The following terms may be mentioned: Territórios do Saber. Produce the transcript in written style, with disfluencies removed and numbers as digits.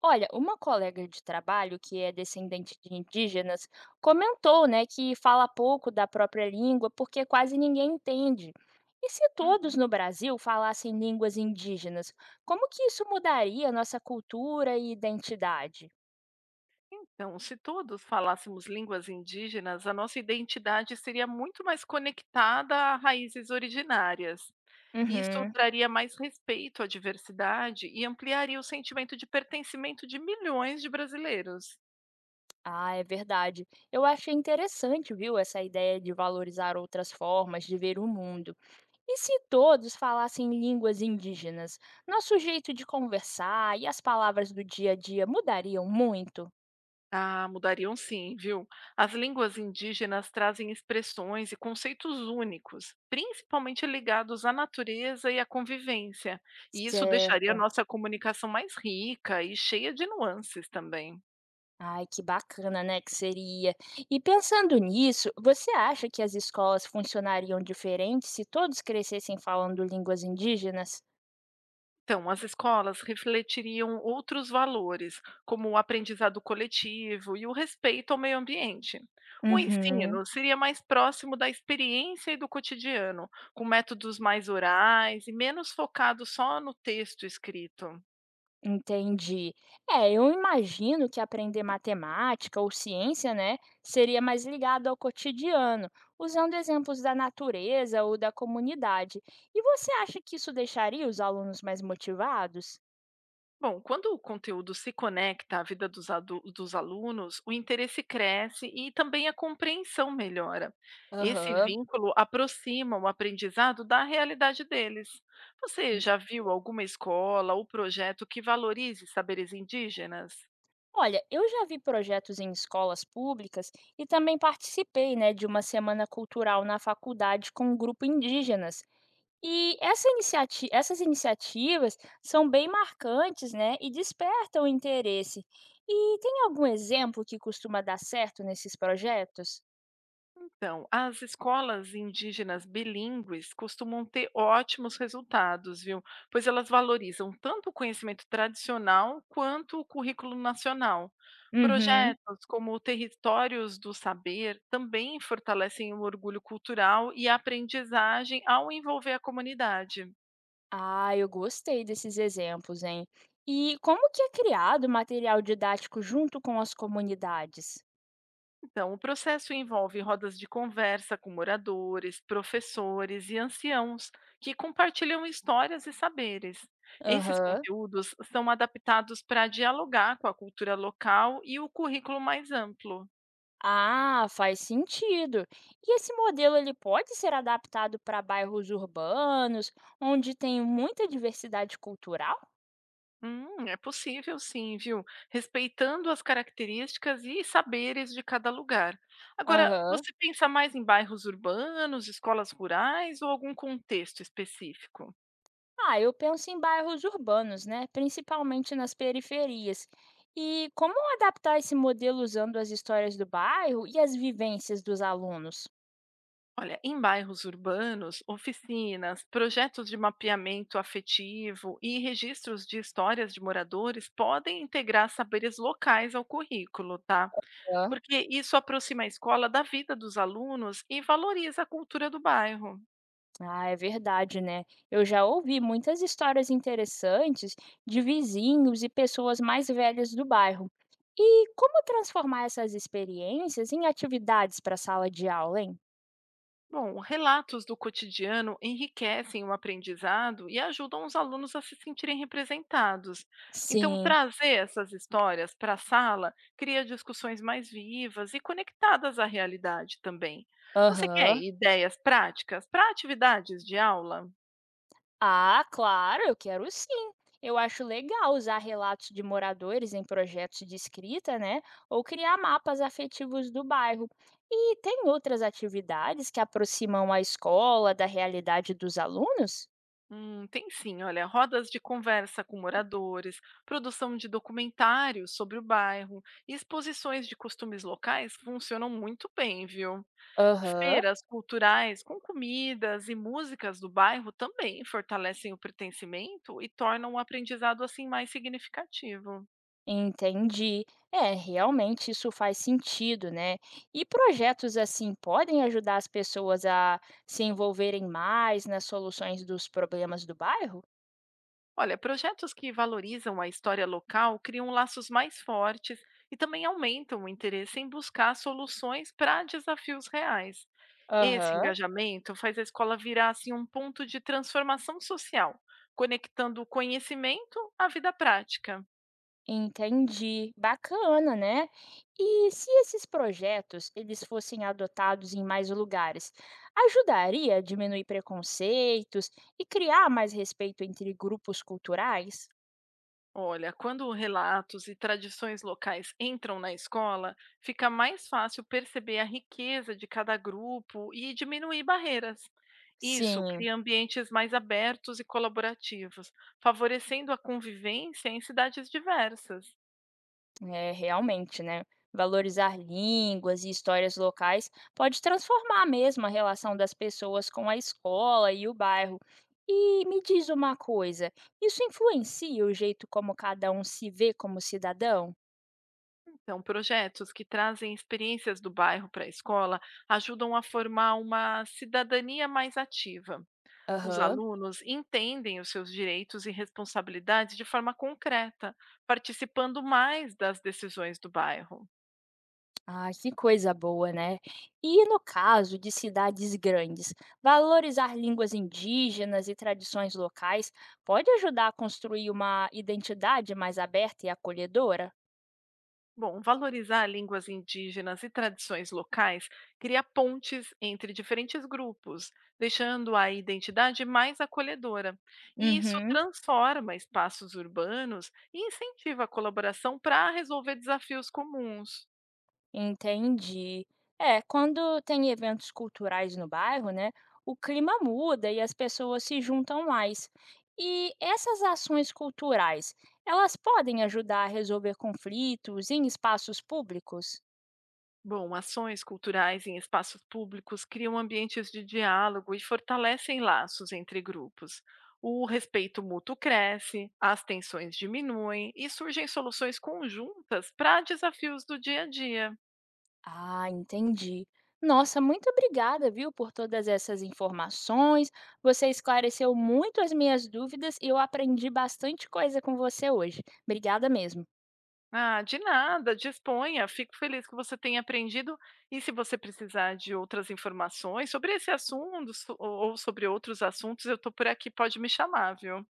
Olha, uma colega de trabalho que é descendente de indígenas comentou, né, que fala pouco da própria língua porque quase ninguém entende. E se todos Uhum. no Brasil falassem línguas indígenas, como que isso mudaria nossa cultura e identidade? Então, se todos falássemos línguas indígenas, a nossa identidade seria muito mais conectada a raízes originárias. Isso Uhum. traria mais respeito à diversidade e ampliaria o sentimento de pertencimento de milhões de brasileiros. Ah, é verdade. Eu achei interessante, viu, essa ideia de valorizar outras formas de ver o mundo. E se todos falassem línguas indígenas, nosso jeito de conversar e as palavras do dia a dia mudariam muito? Ah, mudariam sim, viu? As línguas indígenas trazem expressões e conceitos únicos, principalmente ligados à natureza e à convivência. E isso deixaria a Certo. nossa comunicação mais rica e cheia de nuances também. Ai, que bacana, né, que seria. E pensando nisso, você acha que as escolas funcionariam diferente se todos crescessem falando línguas indígenas? Então, as escolas refletiriam outros valores, como o aprendizado coletivo e o respeito ao meio ambiente. O Uhum. ensino seria mais próximo da experiência e do cotidiano, com métodos mais orais e menos focado só no texto escrito. Entendi. É, eu imagino que aprender matemática ou ciência, né, seria mais ligado ao cotidiano, usando exemplos da natureza ou da comunidade. E você acha que isso deixaria os alunos mais motivados? Bom, quando o conteúdo se conecta à vida dos alunos, o interesse cresce e também a compreensão melhora. Esse Aham. vínculo aproxima o aprendizado da realidade deles. Você Ent- já viu alguma escola ou projeto que valorize saberes indígenas? Olha, eu já vi projetos em escolas públicas e também participei, né, de uma semana cultural na faculdade com um grupo indígenas. E essas iniciativas são bem marcantes, né, e despertam interesse. E tem algum exemplo que costuma dar certo nesses projetos? Então, as escolas indígenas bilíngues costumam ter ótimos resultados, viu? Pois elas valorizam tanto o conhecimento tradicional quanto o currículo nacional. Uhum. Projetos como o Territórios do Saber também fortalecem o orgulho cultural e a aprendizagem ao envolver a comunidade. Ah, eu gostei desses exemplos, hein? E como que é criado material didático junto com as comunidades? Então, o processo envolve rodas de conversa com moradores, professores e anciãos que compartilham histórias e saberes. Esses Aham. conteúdos são adaptados para dialogar com a cultura local e o currículo mais amplo. Ah, faz sentido. E esse modelo ele pode ser adaptado para bairros urbanos, onde tem muita diversidade cultural? É possível sim, viu? Respeitando as características e saberes de cada lugar. Agora, Aham. você pensa mais em bairros urbanos, escolas rurais ou algum contexto específico? Ah, eu penso em bairros urbanos, né? Principalmente nas periferias. E como adaptar esse modelo usando as histórias do bairro e as vivências dos alunos? Olha, em bairros urbanos, oficinas, projetos de mapeamento afetivo e registros de histórias de moradores podem integrar saberes locais ao currículo, tá? Hã? Porque isso aproxima a escola da vida dos alunos e valoriza a cultura do bairro. Ah, é verdade, né? Eu já ouvi muitas histórias interessantes de vizinhos e pessoas mais velhas do bairro. E como transformar essas experiências em atividades para a sala de aula, hein? Bom, relatos do cotidiano enriquecem o aprendizado e ajudam os alunos a se sentirem representados. Então, Sim, trazer essas histórias para a sala cria discussões mais vivas e conectadas à realidade também. Você quer aham. ideias práticas para atividades de aula? Ah, claro, eu quero sim. Eu acho legal usar relatos de moradores em projetos de escrita, né? Ou criar mapas afetivos do bairro. E tem outras atividades que aproximam a escola da realidade dos alunos? Tem sim, olha, rodas de conversa com moradores, produção de documentários sobre o bairro e exposições de costumes locais funcionam muito bem, viu? Aham, Feiras culturais com comidas e músicas do bairro também fortalecem o pertencimento e tornam o aprendizado assim mais significativo. entendi. É, realmente isso faz sentido, né? E projetos assim podem ajudar as pessoas a se envolverem mais nas soluções dos problemas do bairro? Olha, projetos que valorizam a história local criam laços mais fortes e também aumentam o interesse em buscar soluções para desafios reais. Esse Aham. engajamento faz a escola virar assim um ponto de transformação social, conectando o conhecimento à vida prática. Entendi. Bacana, né? E se esses projetos eles fossem adotados em mais lugares, ajudaria a diminuir preconceitos e criar mais respeito entre grupos culturais? Olha, quando relatos e tradições locais entram na escola, fica mais fácil perceber a riqueza de cada grupo e diminuir barreiras. Isso Sim, cria ambientes mais abertos e colaborativos, favorecendo a convivência em cidades diversas. é, realmente, né? Valorizar línguas e histórias locais pode transformar mesmo a relação das pessoas com a escola e o bairro. E me diz uma coisa, isso influencia o jeito como cada um se vê como cidadão? Então, projetos que trazem experiências do bairro para a escola ajudam a formar uma cidadania mais ativa. Os Aham. alunos entendem os seus direitos e responsabilidades de forma concreta, participando mais das decisões do bairro. Ah, que coisa boa, né? E no caso de cidades grandes, valorizar línguas indígenas e tradições locais pode ajudar a construir uma identidade mais aberta e acolhedora? Bom, valorizar línguas indígenas e tradições locais cria pontes entre diferentes grupos, deixando a identidade mais acolhedora. E isso Uhum, transforma espaços urbanos e incentiva a colaboração para resolver desafios comuns. entendi. É, quando tem eventos culturais no bairro, né, o clima muda e as pessoas se juntam mais. E essas ações culturais, elas podem ajudar a resolver conflitos em espaços públicos? Bom, ações culturais em espaços públicos criam ambientes de diálogo e fortalecem laços entre grupos. O respeito mútuo cresce, as tensões diminuem e surgem soluções conjuntas para desafios do dia a dia. Ah, entendi. Nossa, muito obrigada, viu, por todas essas informações. Você esclareceu muito as minhas dúvidas e eu aprendi bastante coisa com você hoje. Obrigada mesmo. Ah, de nada, disponha. Fico feliz que você tenha aprendido. E se você precisar de outras informações sobre esse assunto ou sobre outros assuntos, eu estou por aqui, pode me chamar, viu?